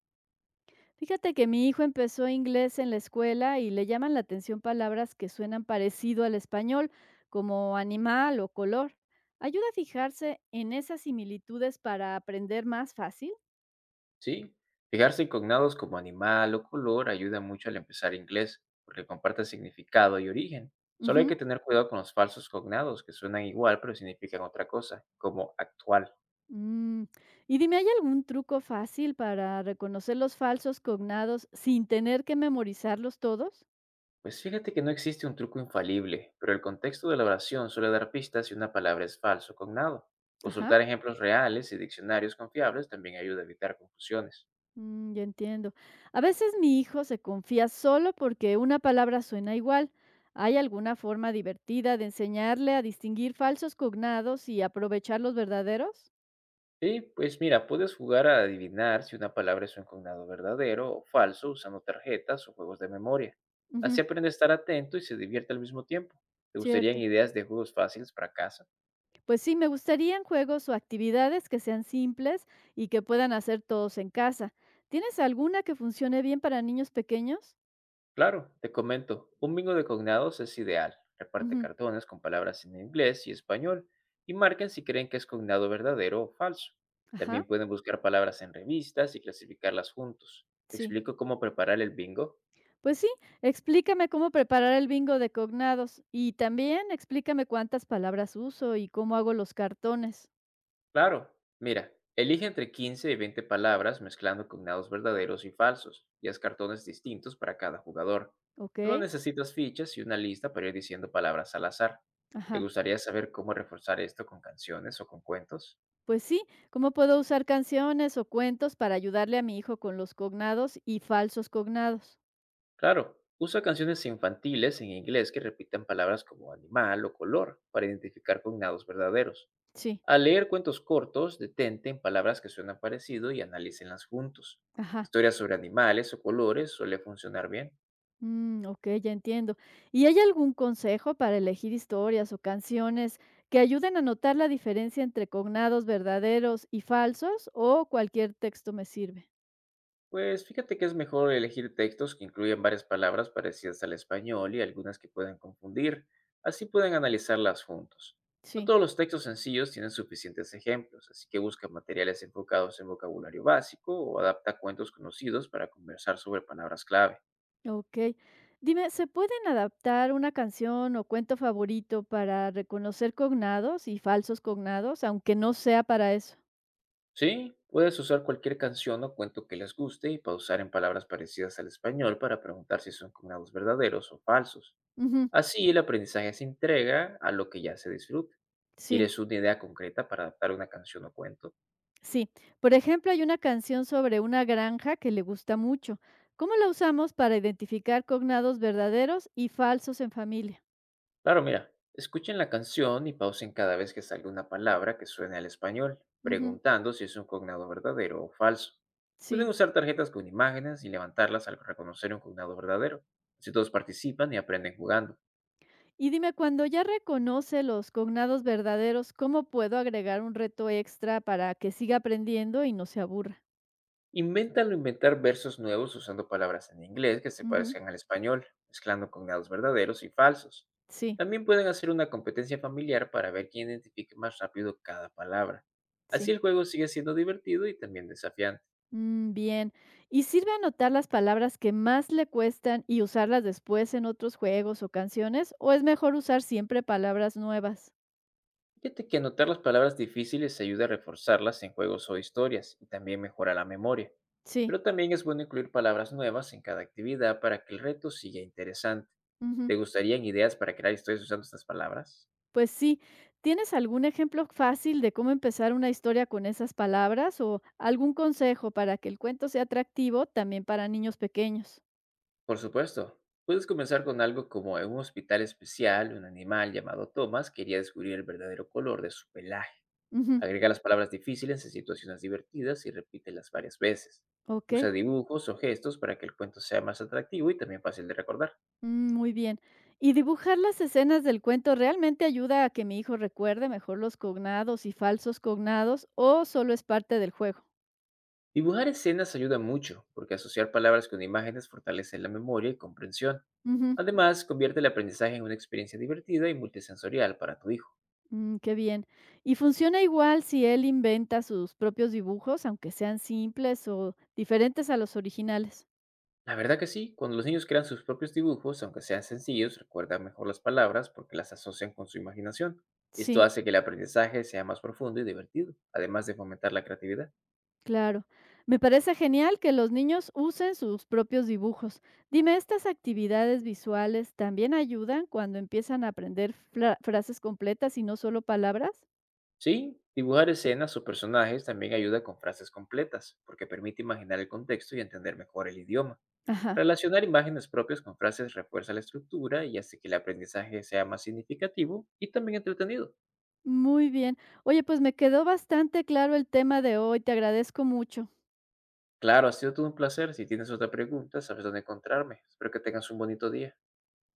Fíjate que mi hijo empezó inglés en la escuela y le llaman la atención palabras que suenan parecido al español, como animal o color. ¿Ayuda a fijarse en esas similitudes para aprender más fácil? Sí, fijarse en cognados como animal o color ayuda mucho al empezar inglés, porque comparten significado y origen. Solo hay Ujú. que tener cuidado con los falsos cognados, que suenan igual pero significan otra cosa, como actual. Mm, Y dime, ¿hay algún truco fácil para reconocer los falsos cognados sin tener que memorizarlos todos? Pues fíjate que no existe un truco infalible, pero el contexto de la oración suele dar pistas si una palabra es falso cognado. Ajá. Consultar ejemplos reales y diccionarios confiables también ayuda a evitar confusiones. Mm, ya entiendo. A veces mi hijo se confía solo porque una palabra suena igual. ¿Hay alguna forma divertida de enseñarle a distinguir falsos cognados y aprovechar los verdaderos? Y pues mira, puedes jugar a adivinar si una palabra es un cognado verdadero o falso usando tarjetas o juegos de memoria. Así Ujú, aprende a estar atento y se divierte al mismo tiempo. ¿Te gustarían cierto. ideas de juegos fáciles para casa? Pues sí, me gustarían juegos o actividades que sean simples y que puedan hacer todos en casa. ¿Tienes alguna que funcione bien para niños pequeños? Claro, te comento, un bingo de cognados es ideal. Reparte Ujú, cartones con palabras en inglés y español y marquen si creen que es cognado verdadero o falso. También ajá, pueden buscar palabras en revistas y clasificarlas juntos. ¿Te sí. explico cómo preparar el bingo? Pues sí, explícame cómo preparar el bingo de cognados y también explícame cuántas palabras uso y cómo hago los cartones, Claro, mira, elige entre 15 y 20 palabras mezclando cognados verdaderos y falsos, y haz cartones distintos para cada jugador. ¿ok? Solo necesitas fichas y una lista para ir diciendo palabras al azar. ¿Te Ajá. gustaría saber cómo reforzar esto con canciones o con cuentos? Pues sí, ¿cómo puedo usar canciones o cuentos para ayudarle a mi hijo con los cognados y falsos cognados? Claro, usa canciones infantiles en inglés que repitan palabras como animal o color para identificar cognados verdaderos. Sí, Al leer cuentos cortos, detente en palabras que suenan parecido y analícenlas juntos. ajá. Historias sobre animales o colores suele funcionar bien. Mm, ok, ya entiendo. ¿Y hay algún consejo para elegir historias o canciones que ayuden a notar la diferencia entre cognados verdaderos y falsos o cualquier texto me sirve? Pues fíjate que es mejor elegir textos que incluyan varias palabras parecidas al español y algunas que puedan confundir. Así pueden analizarlas juntos. No Sí. todos los textos sencillos tienen suficientes ejemplos, así que busca materiales enfocados en vocabulario básico o adapta cuentos conocidos para conversar sobre palabras clave. Ok. Dime, ¿se pueden adaptar una canción o cuento favorito para reconocer cognados y falsos cognados, aunque no sea para eso? Sí, puedes usar cualquier canción o cuento que les guste y pausar en palabras parecidas al español para preguntar si son combinados verdaderos o falsos. Ujú, Así, el aprendizaje se entrega a lo que ya se disfruta. sí, ¿Quieres una idea concreta para adaptar una canción o cuento? sí. Por ejemplo, hay una canción sobre una granja que le gusta mucho. ¿Cómo la usamos para identificar cognados verdaderos y falsos en familia? Claro, mira, escuchen la canción y pausen cada vez que salga una palabra que suene al español, Ujú, preguntando si es un cognado verdadero o falso. Pueden sí. usar tarjetas con imágenes y levantarlas al reconocer un cognado verdadero. Así todos participan y aprenden jugando. Y dime, cuando ya reconoce los cognados verdaderos, ¿cómo puedo agregar un reto extra para que siga aprendiendo y no se aburra? Inventan o inventar versos nuevos usando palabras en inglés que se Ujú, parezcan al español, mezclando cognados verdaderos y falsos. sí, También pueden hacer una competencia familiar para ver quién identifique más rápido cada palabra. Así sí. el juego sigue siendo divertido y también desafiante. Mm, bien. ¿Y sirve anotar las palabras que más le cuestan y usarlas después en otros juegos o canciones? ¿O es mejor usar siempre palabras nuevas? Fíjate que anotar las palabras difíciles ayuda a reforzarlas en juegos o historias y también mejora la memoria. Sí. Pero también es bueno incluir palabras nuevas en cada actividad para que el reto siga interesante. Ujú, ¿Te gustarían ideas para crear historias usando estas palabras? pues sí. ¿Tienes algún ejemplo fácil de cómo empezar una historia con esas palabras o algún consejo para que el cuento sea atractivo también para niños pequeños? Por supuesto, puedes comenzar con algo como en un hospital especial, un animal llamado Thomas quería descubrir el verdadero color de su pelaje. Ujú, Agrega las palabras difíciles en situaciones divertidas y repítelas varias veces. ok. Usa dibujos o gestos para que el cuento sea más atractivo y también fácil de recordar. Mm, muy bien. Y dibujar las escenas del cuento realmente ayuda a que mi hijo recuerde mejor los cognados y falsos cognados o solo es parte del juego. Dibujar escenas ayuda mucho, porque asociar palabras con imágenes fortalece la memoria y comprensión. Ujú, Además, convierte el aprendizaje en una experiencia divertida y multisensorial para tu hijo. mm, qué bien. ¿Y funciona igual si él inventa sus propios dibujos, aunque sean simples o diferentes a los originales? La verdad que sí, cuando los niños crean sus propios dibujos, aunque sean sencillos, recuerdan mejor las palabras porque las asocian con su imaginación. Esto Sí, hace que el aprendizaje sea más profundo y divertido, además de fomentar la creatividad. claro. Me parece genial que los niños usen sus propios dibujos. Dime, ¿estas actividades visuales también ayudan cuando empiezan a aprender frases completas y no solo palabras? Sí, dibujar escenas o personajes también ayuda con frases completas, porque permite imaginar el contexto y entender mejor el idioma. Ajá, Relacionar imágenes propias con frases refuerza la estructura y hace que el aprendizaje sea más significativo y también entretenido. muy bien. Oye, pues me quedó bastante claro el tema de hoy, te agradezco mucho. Claro, ha sido todo un placer. Si tienes otra pregunta, sabes dónde encontrarme. Espero que tengas un bonito día.